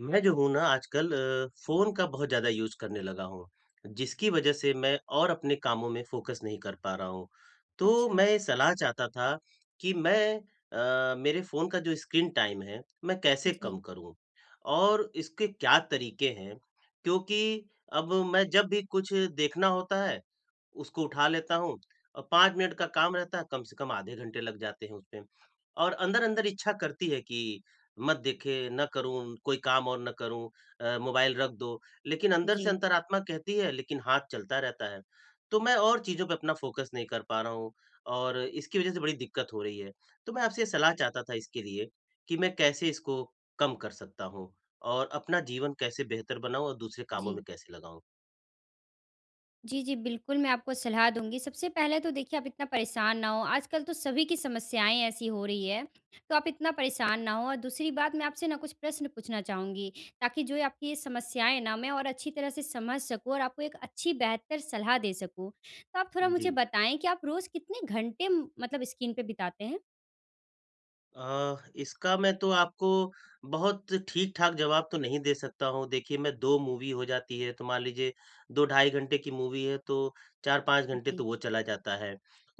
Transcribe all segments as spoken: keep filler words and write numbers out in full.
मैं जो हूँ ना आजकल अ, फ़ोन का बहुत ज़्यादा यूज़ करने लगा हूँ, जिसकी वजह से मैं और अपने कामों में फ़ोकस नहीं कर पा रहा हूँ। तो अच्छा। मैं सलाह चाहता था कि मैं अ, मेरे फ़ोन का जो स्क्रीन टाइम है, मैं जी, कैसे कम जी, करूँ? और इसके क्या तरीके हैं? क्योंकि अब मैं जब भी कुछ देखना होता है, उसको उठा लेता हूँ और पाँच मिनट का काम रहता है, कम से कम आधे घंटे लग जाते हैं उसमें। और अंदर-अंदर इच्छा करती है कि मत देखे, ना करूँ, कोई काम और ना करूँ अ, मोबाइल रख दो, लेकिन अंदर से जी। अंतरात्मा कहती है, लेकिन हाथ चलता रहता है। तो मैं और चीज़ों पे अपना फ़ोकस नहीं कर पा रहा हूँ और इसकी वज़ह से बड़ी दिक्कत हो रही है। तो मैं आपसे सलाह चाहता था इसके लिए कि मैं कैसे इसको कम कर सकता हूँ और अपना जीवन कैसे बेहतर बनाऊँ और दूसरे कामों में कैसे लगाऊँ? जी, जी, बिल्कुल मैं आपको सलाह दूँगी। सबसे पहले तो देखिए आप इतना परेशान ना हो, आजकल तो सभी की समस्याएँ ऐसी हो रही है, तो आप इतना परेशान ना हो और दूसरी बात मैं आपसे ना कुछ प्रश्न पूछना चाहूँगी, ताकि जो ये आपकी ये समस्याएँ ना मैं और अच्छी तरह से समझ सकूँ और आपको एक अच्छी बेहतर सलाह दे सकूँ। तो आप थोड़ा मुझे जी। बताएँ कि आप रोज़ कितने घंटे म मतलब स्क्रीन पे बिताते हैं? अ, इसका मैं तो आपको बहुत ठीक-ठाक जवाब तो नहीं दे सकता हूँ। देखिए, मैं दो मूवी हो जाती है, तो मान लीजिए 2 ढाई घंटे की मूवी है, तो चार पाँच घंटे तो जी, वो चला जाता है।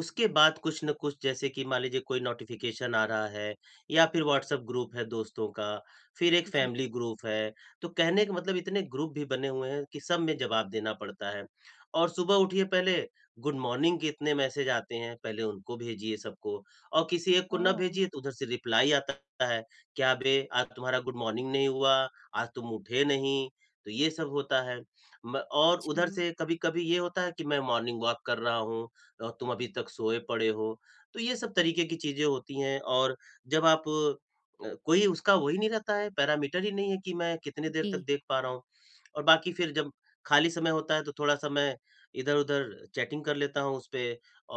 उसके बाद कुछ न कुछ जैसे कि मान लीजिए कोई नोटिफ़िकेशन आ रहा है या फिर व्हाट्सएप ग्रुप है दोस्तों का, फिर एक जी। फैमिली ग्रुप है। तो कहने का मतलब इतने ग्रुप भी बने हुए हैं कि सब में जवाब देना पड़ता है। और सुबह उठिए पहले गुड मॉर्निंग के इतने मैसेज आते हैं, पहले उनको भेजिए सबको। और किसी एक को ना ओह! भेजिए तो उधर से रिप्लाई आता है, क्या बे आज तुम्हारा गुड मॉर्निंग नहीं हुआ, आज तुम उठे नहीं, तो ये सब होता है। म और अच्छा। उधर से कभी-कभी ये होता है कि मैं मॉर्निंग वॉक कर रहा हूँ और तुम अभी तक सोए पड़े हो, तो ये सब तरीके की चीज़ें होती हैं और जब आप अ, कोई उसका वही नहीं रहता है, पैरामीटर ही नहीं है कि मैं कितने देर जी, तक देख पा रहा हूँ। और बाकी फिर जब खाली समय होता है तो थोड़ा-सा मैं इधर-उधर चैटिंग कर लेता हूँ उसपे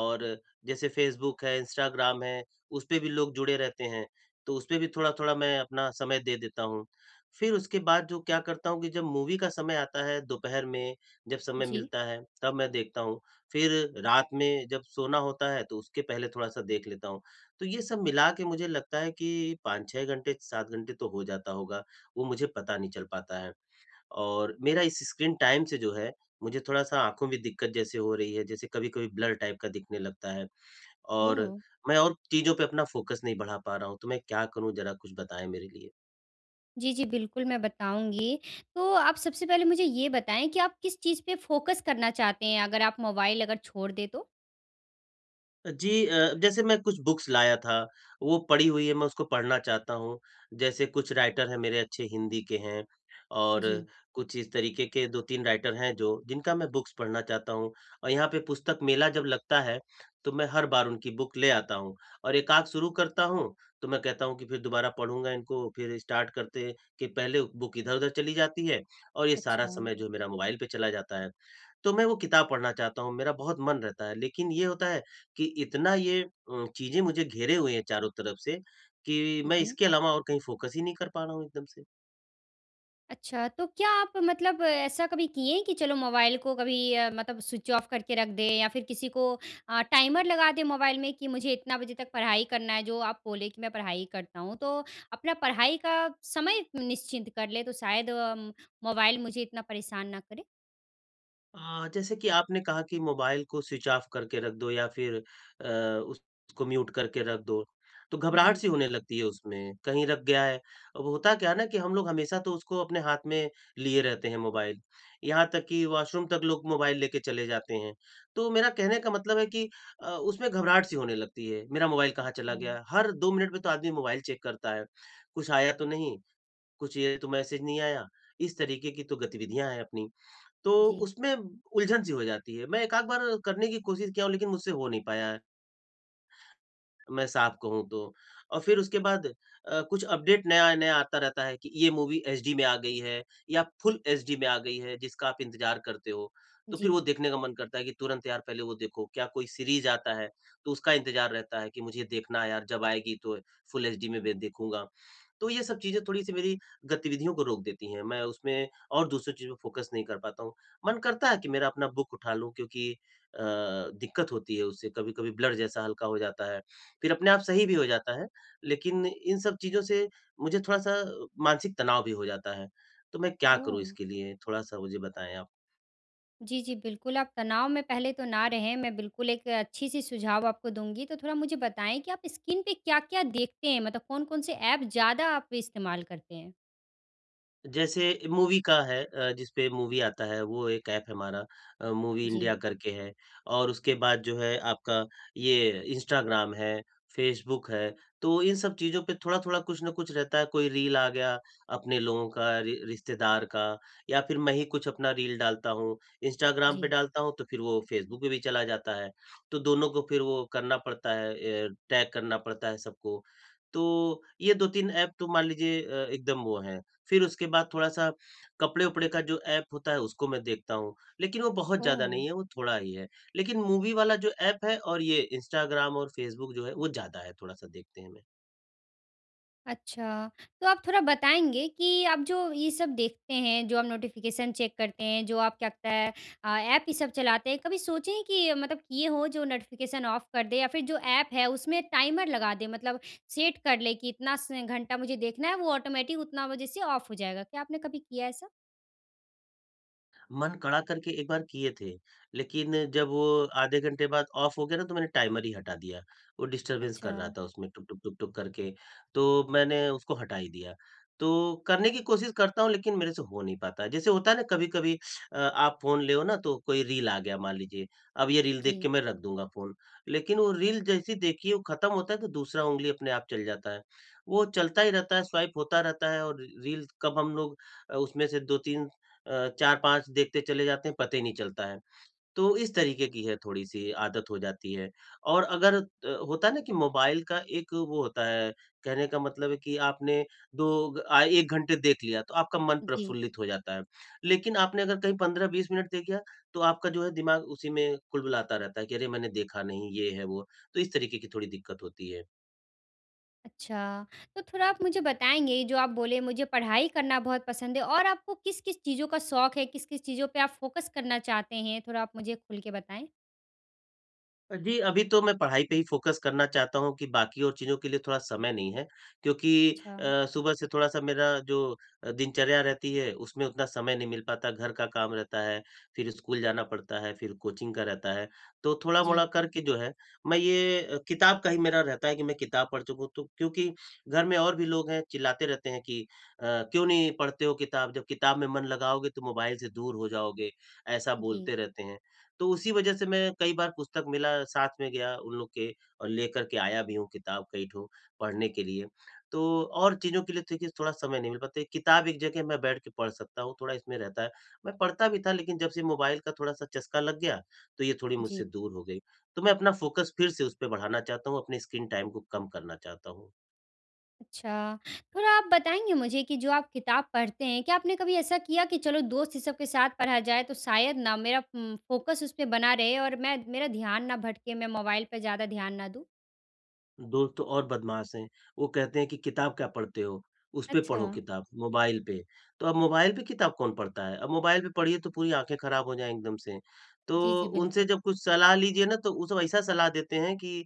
और जैसे फ़ेसबुक है, इंस्टाग्राम है, उसपे भी लोग जुड़े रहते हैं, तो उसपे भी थोड़ा-थोड़ा मैं अपना समय दे देता हूँ। फिर उसके बाद जो क्या करता हूँ कि जब मूवी का समय आता है दोपहर में जब समय जी। मिलता है, तब मैं देखता हूँ। फिर रात में जब सोना होता है, तो उसके पहले थोड़ा-सा देख लेता हूँ। तो ये सब मिला के मुझे लगता है कि पाँच छह घंटे, सात घंटे तो हो जाता होगा, वो मुझे पता नहीं चल पाता है। और मेरा इस स्क्रीन टाइम से जो है, मुझे थोड़ा-सा आँखों में दिक्कत जैसे हो रही है, जैसे कभी-कभी ब्लर टाइप का दिखने लगता है। और ओह! मैं और चीज़ों पे अपना फ़ोकस नहीं बढ़ा पा रहा हूँ, तो मैं क्या करूँ ज़रा कुछ बताएँ मेरे लिए? जी, जी, बिल्कुल, मैं बताऊँगी। तो आप सबसे पहले मुझे ये बताएँ कि आप किस चीज़ पे फ़ोकस करना चाहते हैं, अगर आप मोबाइल अगर छोड़ दें तो? जी, अ, जैसे मैं कुछ बुक्स लाया था, वो पढ़ी हुई है, मैं उसको पढ़ना चाहता हूँ। जैसे कुछ राइटर हैं मेरे अच्छे हिंदी के हैं और जी, कुछ इस तरीके के दो तीन राइटर हैं जो जिनका मैं बुक्स पढ़ना चाहता हूँ। और यहाँ पे पुस्तक मेला जब लगता है, तो मैं हर बार उनकी बुक ले आता हूँ और एक आध शुरू करता हूँ, तो मैं कहता हूँ कि फिर दोबारा पढ़ूँगा इनको, फिर स्टार्ट करते के पहले बुक इधर-उधर चली जाती है और ये सारा अच्छा, समय जो है मेरा मोबाइल पे चला जाता है। तो मैं वो किताब पढ़ना चाहता हूँ, मेरा बहुत मन रहता है, लेकिन ये होता है कि इतना ये अ, चीज़ें मुझे घेरे हुए हैं चारों तरफ से कि मैं जी। इसके अलावा और कहीं फ़ोकस ही नहीं कर पा रहा हूँ एकदम से। अच्छा, तो क्या आप मतलब ऐसा कभी किए हैं कि चलो मोबाइल को कभी अ, मतलब स्विच ऑफ करके रख दें या फिर किसी को अ, टाइमर लगा दें मोबाइल में कि मुझे इतना बजे तक पढ़ाई करना है, जो आप बोले कि मैं पढ़ाई करता हूँ। तो अपना पढ़ाई का समय निश्चिंत कर लें, तो शायद अम, मोबाइल मुझे इतना परेशान ना करे? अ, जैसे कि आपने कहा कि मोबाइल को स्विच ऑफ करके रख दो या फिर अ, उसको म्यूट करके रख दो, तो घबराहट जी, सी होने लगती है उसमें, कहीं रख गया है। अब होता क्या है ना कि हम लोग हमेशा तो उसको अपने हाथ में लिए रहते हैं मोबाइल, यहाँ तक कि वॉशरूम तक लोग मोबाइल लेके चले जाते हैं। तो मेरा कहने का मतलब है कि अ, उसमें घबराहट सी होने लगती है, मेरा मोबाइल कहाँ चला अच्छा, गया? हर दो मिनट में तो आदमी मोबाइल चेक करता है, कुछ आया तो नहीं, कुछ ये तो मैसेज नहीं आया, इस तरीके की तो गतिविधियाँ हैं अपनी। तो जी, उसमें उलझन सी हो जाती है। मैं एक आध बार करने की कोशिश किया हूँ लेकिन मुझसे हो नहीं पाया है। मैं साफ कहूँ तो। और फिर उसके बाद अ, कुछ अपडेट नया-नया आता रहता है कि ये मूवी एचडी में आ गई है या फुल एचडी में आ गई है जिसका आप इंतज़ार करते हो। तो जी। फिर वो देखने का मन करता है कि तुरंत यार पहले वो देखो, क्या कोई सीरीज़ आता है तो उसका इंतज़ार रहता है कि मुझे देखना है यार जब आएगी तो फुल एचडी में मैं देखूँगा। तो ये सब चीज़ें थोड़ी-सी मेरी गतिविधियों को रोक देती हैं। मैं उसमें और दूसरी चीज़ में फ़ोकस नहीं कर पाता हूँ। मन करता है कि मेरा अपना बुक उठा लूँ क्योंकि अ, दिक्कत होती है उससे कभी-कभी ब्लर जैसा हल्का हो जाता है। फिर अपने आप सही भी हो जाता है, लेकिन इन सब चीज़ों से मुझे थोड़ा-सा मानसिक तनाव भी हो जाता है। तो मैं क्या करूँ ओह! इसके लिए? थोड़ा-सा मुझे बताएँ आप। जी, जी, बिल्कुल, आप तनाव में पहले तो ना रहें, मैं बिल्कुल एक अच्छी-सी सुझाव आपको दूँगी। तो थोड़ा मुझे बताएँ कि आप स्क्रीन पे क्या-क्या देखते हैं? मतलब कौन-कौन से ऐप ज़्यादा आप इस्तेमाल करते हैं? जैसे मूवी का है अ, जिसपे मूवी आता है वो एक ऐप है हमारा अ, मूवी जी, इंडिया करके है और उसके बाद जो है आपका ये इंस्टाग्राम है, फेसबुक है, तो इन सब चीज़ों पे थोड़ा-थोड़ा कुछ ना कुछ रहता है, कोई रील आ गया अपने लोगों का, रि रिश्तेदार का या फिर मैं ही कुछ अपना रील डालता हूँ, इंस्टाग्राम पे जी। डालता हूँ तो फिर वो फेसबुक पे भी चला जाता है, तो दोनों को फिर वो करना पड़ता है ए, टैग करना पड़ता है सबको। तो ये दो तीन ऐप तो मान लीजिए अ, एकदम वो हैं फिर उसके बाद थोड़ा-सा कपड़े-उपड़े का जो ऐप होता है उसको मैं देखता हूँ, लेकिन वो बहुत ज़्यादा ओह! नहीं है, वो थोड़ा ही है। लेकिन मूवी वाला जो ऐप है और ये इंस्टाग्राम और फ़ेसबुक जो है वो ज़्यादा है, थोड़ा-सा देखते हैं। अच्छा, तो आप थोड़ा बताएँगे कि आप जो ये सब देखते हैं, जो आप नोटिफ़िकेशन चेक करते हैं, जो आप क्या कहता है अ, ऐप ये सब चलाते हैं, कभी सोचे हैं कि मतलब किए हो जो नोटिफ़िकेशन ऑफ कर दें या फिर जो ऐप है उसमें टाइमर लगा दें मतलब सेट कर लें कि इतना स घंटा मुझे देखना है वो ऑटोमेटिक उतना बजे से ऑफ हो जाएगा। क्या आपने कभी किया है ऐसा? मन कड़ा करके एक बार किए थे, लेकिन जब वो आधे घंटे बाद ऑफ हो गया ना तो मैंने टाइमर ही हटा दिया। वो डिस्टर्बेंस अच्छा, कर रहा था उसमें टुक, टुक, टुक, टुक करके, तो मैंने उसको हटा ही दिया। तो करने की कोशिश करता हूँ लेकिन मेरे से हो नहीं पाता है। जैसे होता है ना कभी-कभी अ, आप फ़ोन ले हो ना तो कोई रील आ गया मान लीजिए, अब ये रील देख के जी, मैं रख दूँगा फ़ोन। लेकिन वो रील जैसी देखी वो खत्म होता है तो दूसरा ऊँगली अपने आप चल जाता है। वो चलता ही रहता है, स्वाइप होता रहता है और रील कब हम लोग अ, उसमें से दो तीन अ, चार पाँच देखते चले जाते हैं, पता ही नहीं चलता है। तो इस तरीके की है थोड़ी-सी आदत हो जाती है। और अगर अ, होता है ना कि मोबाइल का एक वो होता है, कहने का मतलब है कि आपने 2 ग अ, एक घंटे देख लिया, तो आपका मन जी। प्रफुल्लित हो जाता है। लेकिन आपने अगर कहीं पंद्रह बीस मिनट देख लिया, तो आपका जो है दिमाग उसी में कुलबुलाता रहता है कि अरे! मैंने देखा नहीं, ये है, वो। तो इस तरीके की थोड़ी दिक्कत होती है। अच्छा, तो थोड़ा आप मुझे बताएँगे ये जो आप बोले मुझे पढ़ाई करना बहुत पसंद है और आपको किस-किस चीज़ों का शौक है? किस-किस चीज़ों पे आप फ़ोकस करना चाहते हैं? थोड़ा आप मुझे खुल के बताएँ। जी, अभी तो मैं पढ़ाई पे ही फ़ोकस करना चाहता हूँ कि बाकी और चीज़ों के लिए थोड़ा समय नहीं है, क्योंकि अच्छा, अ, सुबह से थोड़ा-सा मेरा जो अ, दिनचर्या रहती है, उसमें उतना समय नहीं मिल पाता, घर का काम रहता है, फिर स्कूल जाना पड़ता है, फिर कोचिंग का रहता है। तो थोड़ा-मोड़ा जी, करके जो है, मैं ये अ, किताब का ही मेरा रहता है कि मैं किताब पढ़ चुकूँ तो क्योंकि घर में और भी लोग हैं, चिल्लाते रहते हैं कि अ, "क्यों नहीं पढ़ते हो किताब? जब किताब में मन लगाओगे तो मोबाइल से दूर हो जाओगे।" ऐसा जी, बोलते रहते हैं। तो उसी वजह से मैं कई बार पुस्तक मेला साथ में गया उन लोग के और लेकर के आया भी हूँ किताब कई ठो पढ़ने के लिए। तो और चीज़ों के लिए तो देखिए थोड़ा समय नहीं मिल पाता है। किताब एक जगह मैं बैठ के पढ़ सकता हूँ, थोड़ा इसमें रहता है। मैं पढ़ता भी था लेकिन जब से मोबाइल का थोड़ा-सा चस्का लग गया, तो ये थोड़ी जी। मुझसे दूर हो गई। तो मैं अपना फ़ोकस फिर से उस पे बढ़ाना चाहता हूँ, अपने स्क्रीन टाइम को कम करना चाहता हूँ। अच्छा, थोड़ा आप बताएँगे मुझे कि जो आप किताब पढ़ते हैं, क्या आपने कभी ऐसा किया कि चलो दोस्त ये सब के साथ पढ़ा जाए तो शायद ना मेरा उम, फ़ोकस उस पे बना रहे और मैं मेरा ध्यान ना भटके, मैं मोबाइल पे ज़्यादा ध्यान ना दूँ? दोस्त तो और बदमाश हैं। वो कहते हैं कि किताब क्या पढ़ते हो? उस पे अच्छा। पढ़ो किताब, मोबाइल पे। तो अब मोबाइल पे किताब कौन पढ़ता है? अब मोबाइल पे पढ़िए तो पूरी आँखें खराब हो जाएँ एकदम से। जी, तो जी, उनसे बिल्कुल। जब कुछ सलाह लीजिए ना तो वो सब ऐसा सलाह देते हैं कि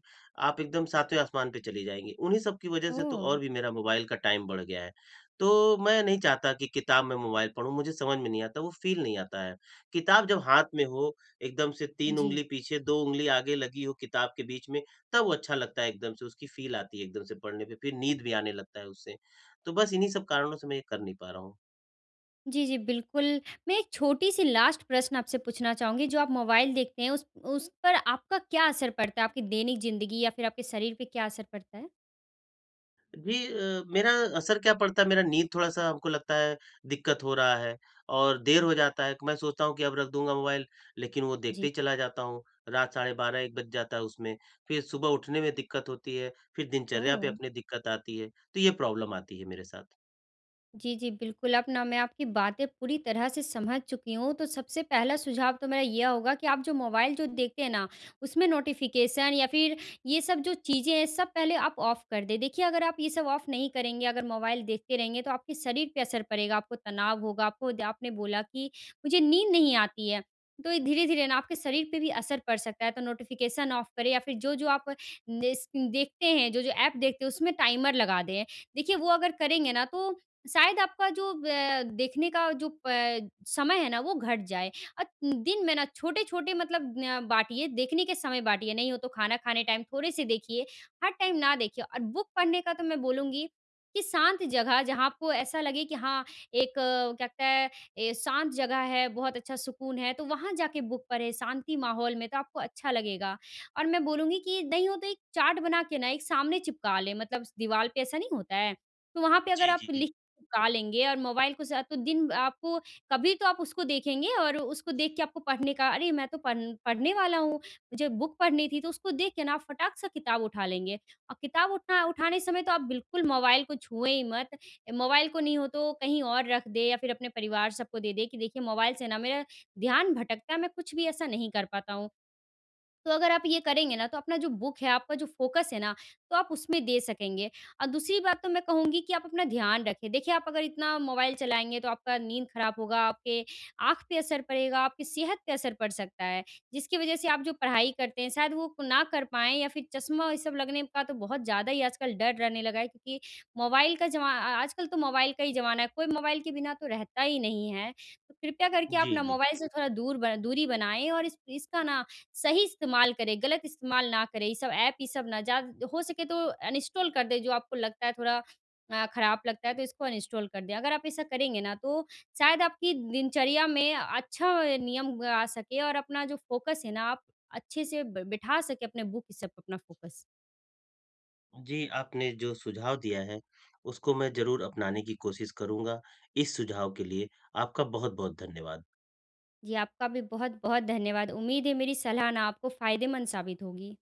आप एकदम सातवें आसमान पे चली जाएँगी। उन्हीं सब की वजह से तो ओह! और भी मेरा मोबाइल का टाइम बढ़ गया है। तो मैं नहीं चाहता कि किताब में मोबाइल पढूँ, मुझे समझ में नहीं आता, वो फ़ील नहीं आता है। किताब जब हाथ में हो, एकदम से तीन जी। उँगली पीछे, दो उँगली आगे लगी हो किताब के बीच में, तब वो अच्छा लगता है एकदम से, उसकी फ़ील आती है एकदम से पढ़ने पे, फिर नींद भी आने लगता है उससे। तो बस इन्हीं सब कारणों से मैं ये कर नहीं पा रहा हूँ। जी, जी, बिल्कुल। मैं एक छोटी-सी लास्ट प्रश्न आपसे पूछना चाहूँगी, जो आप मोबाइल देखते हैं, उस उस पर आपका क्या असर पड़ता है? आपकी दैनिक ज़िंदगी या फिर आपके शरीर पे क्या असर पड़ता है? जी, अ, मेरा असर क्या पड़ता है, मेरा नींद थोड़ा-सा हमको लगता है दिक्कत हो रहा है और देर हो जाता है, मैं सोचता हूँ कि अब रख दूँगा मोबाइल, लेकिन वो देखते जी। ही चला जाता हूँ। रात साढ़े बारह एक बज जाता है उसमें, फिर सुबह उठने में दिक्कत होती है, फिर दिनचर्या पे ओह! अपने दिक्कत आती है, तो ये प्रॉब्लम आती है मेरे साथ। जी, जी, बिल्कुल, अब ना मैं आपकी बातें पूरी तरह से समझ चुकी हूँ, तो सबसे पहला सुझाव तो मेरा ये होगा कि आप जो मोबाइल जो देखते हैं ना, उसमें नोटिफ़िकेशन या फिर ये सब जो चीज़ें हैं, सब पहले आप ऑफ़ कर दें। देखिए, अगर आप ये सब ऑफ़ नहीं करेंगे, अगर मोबाइल देखते रहेंगे, तो आपके शरीर पे असर पड़ेगा, आपको तनाव होगा, आपको द आपने बोला कि मुझे नींद नहीं आती है, तो ये धीरे-धीरे ना आपके शरीर पे भी असर पड़ सकता है। तो नोटिफ़िकेशन ऑफ़ करें या फिर जो-जो आप नेस देखते हैं, जो-जो ऐप देखते हैं, उसमें टाइमर लगा दें। देखिए, वो अगर करेंगे ना, तो शायद आपका जो अ, देखने का जो प समय है ना वो घट जाए। अ, दिन में ना छोटे-छोटे मतलब अ, बाँटिए, देखने के समय बाँटिए, नहीं हो तो खाना खाने टाइम थोड़े-से देखिए, हर टाइम ना देखिए और बुक पढ़ने का तो मैं बोलूँगी कि शांत जगह जहाँ आपको ऐसा लगे कि हाँ, एक अ, क्या कहता है ए, शांत जगह है, बहुत अच्छा सुकून है, तो वहाँ जाके बुक पढ़ें, शांति माहौल में तो आपको अच्छा लगेगा। और मैं बोलूँगी कि नहीं हो तो एक चार्ट बना के ना एक सामने चिपका लें, मतलब दीवार पे ऐसा नहीं होता है? तो वहाँ पे अगर जी, आप जी। लिख उगा लेंगे और मोबाइल को साथ तो दिन आपको कभी तो आप उसको देखेंगे और उसको देख के आपको पढ़ने का अरे मैं तो पढ़ पढ़ने वाला हूँ, मुझे बुक पढ़नी थी तो उसको देख के ना आप फटाक से किताब उठा लेंगे। और किताब उठना उठाने समय तो आप बिल्कुल मोबाइल को छुएँ ही मत। मोबाइल को नहीं हो तो कहीं और रख दें या फिर अपने परिवार सबको दे दें कि देखिए मोबाइल से ना मेरा ध्यान भटकता है, मैं कुछ भी ऐसा नहीं कर पाता हूँ। तो अगर आप ये करेंगे ना, तो अपना जो बुक है, आपका जो फ़ोकस है ना, तो आप उसमें दे सकेंगे। और दूसरी बात तो मैं कहूँगी कि आप अपना ध्यान रखें। देखिए, आप अगर इतना मोबाइल चलाएँगे, तो आपका नींद खराब होगा, आपके आँख पे असर पड़ेगा, आपकी सेहत पे असर पड़ सकता है, जिसकी वज़ह से आप जो पढ़ाई करते हैं, शायद वो ना कर पाएँ या फिर चश्मा ये सब लगने का तो बहुत ज़्यादा ही आजकल डर रहने लगा है क्योंकि मोबाइल का जमा अ, आजकल तो मोबाइल का ही ज़माना है, कोई मोबाइल के बिना तो रहता ही नहीं है। तो कृपया करके आप जी, ना जी। मोबाइल से थोड़ा दूर ब दूरी बनाएँ और इस इसका ना सही इस्तेमाल करें, गलत इस्तेमाल ना करें, ये सब ऐप ये सब ना ज़्यादा हो सके तो अनइंस्टॉल कर दें, जो आपको लगता है थोड़ा अ, खराब लगता है तो इसको अनइंस्टॉल कर दें। अगर आप ऐसा करेंगे ना तो शायद आपकी दिनचर्या में अच्छा नियम आ सके और अपना जो फ़ोकस है ना आप अच्छे से ब बिठा सके अपने बुक ये सब पे अपना फ़ोकस। जी, आपने जो सुझाव दिया है, उसको मैं ज़रूर अपनाने की कोशिश करूँगा। इस सुझाव के लिए आपका बहुत-बहुत धन्यवाद। जी, आपका भी बहुत-बहुत धन्यवाद। उम्मीद है मेरी सलाह ना आपको फ़ायदेमंद साबित होगी।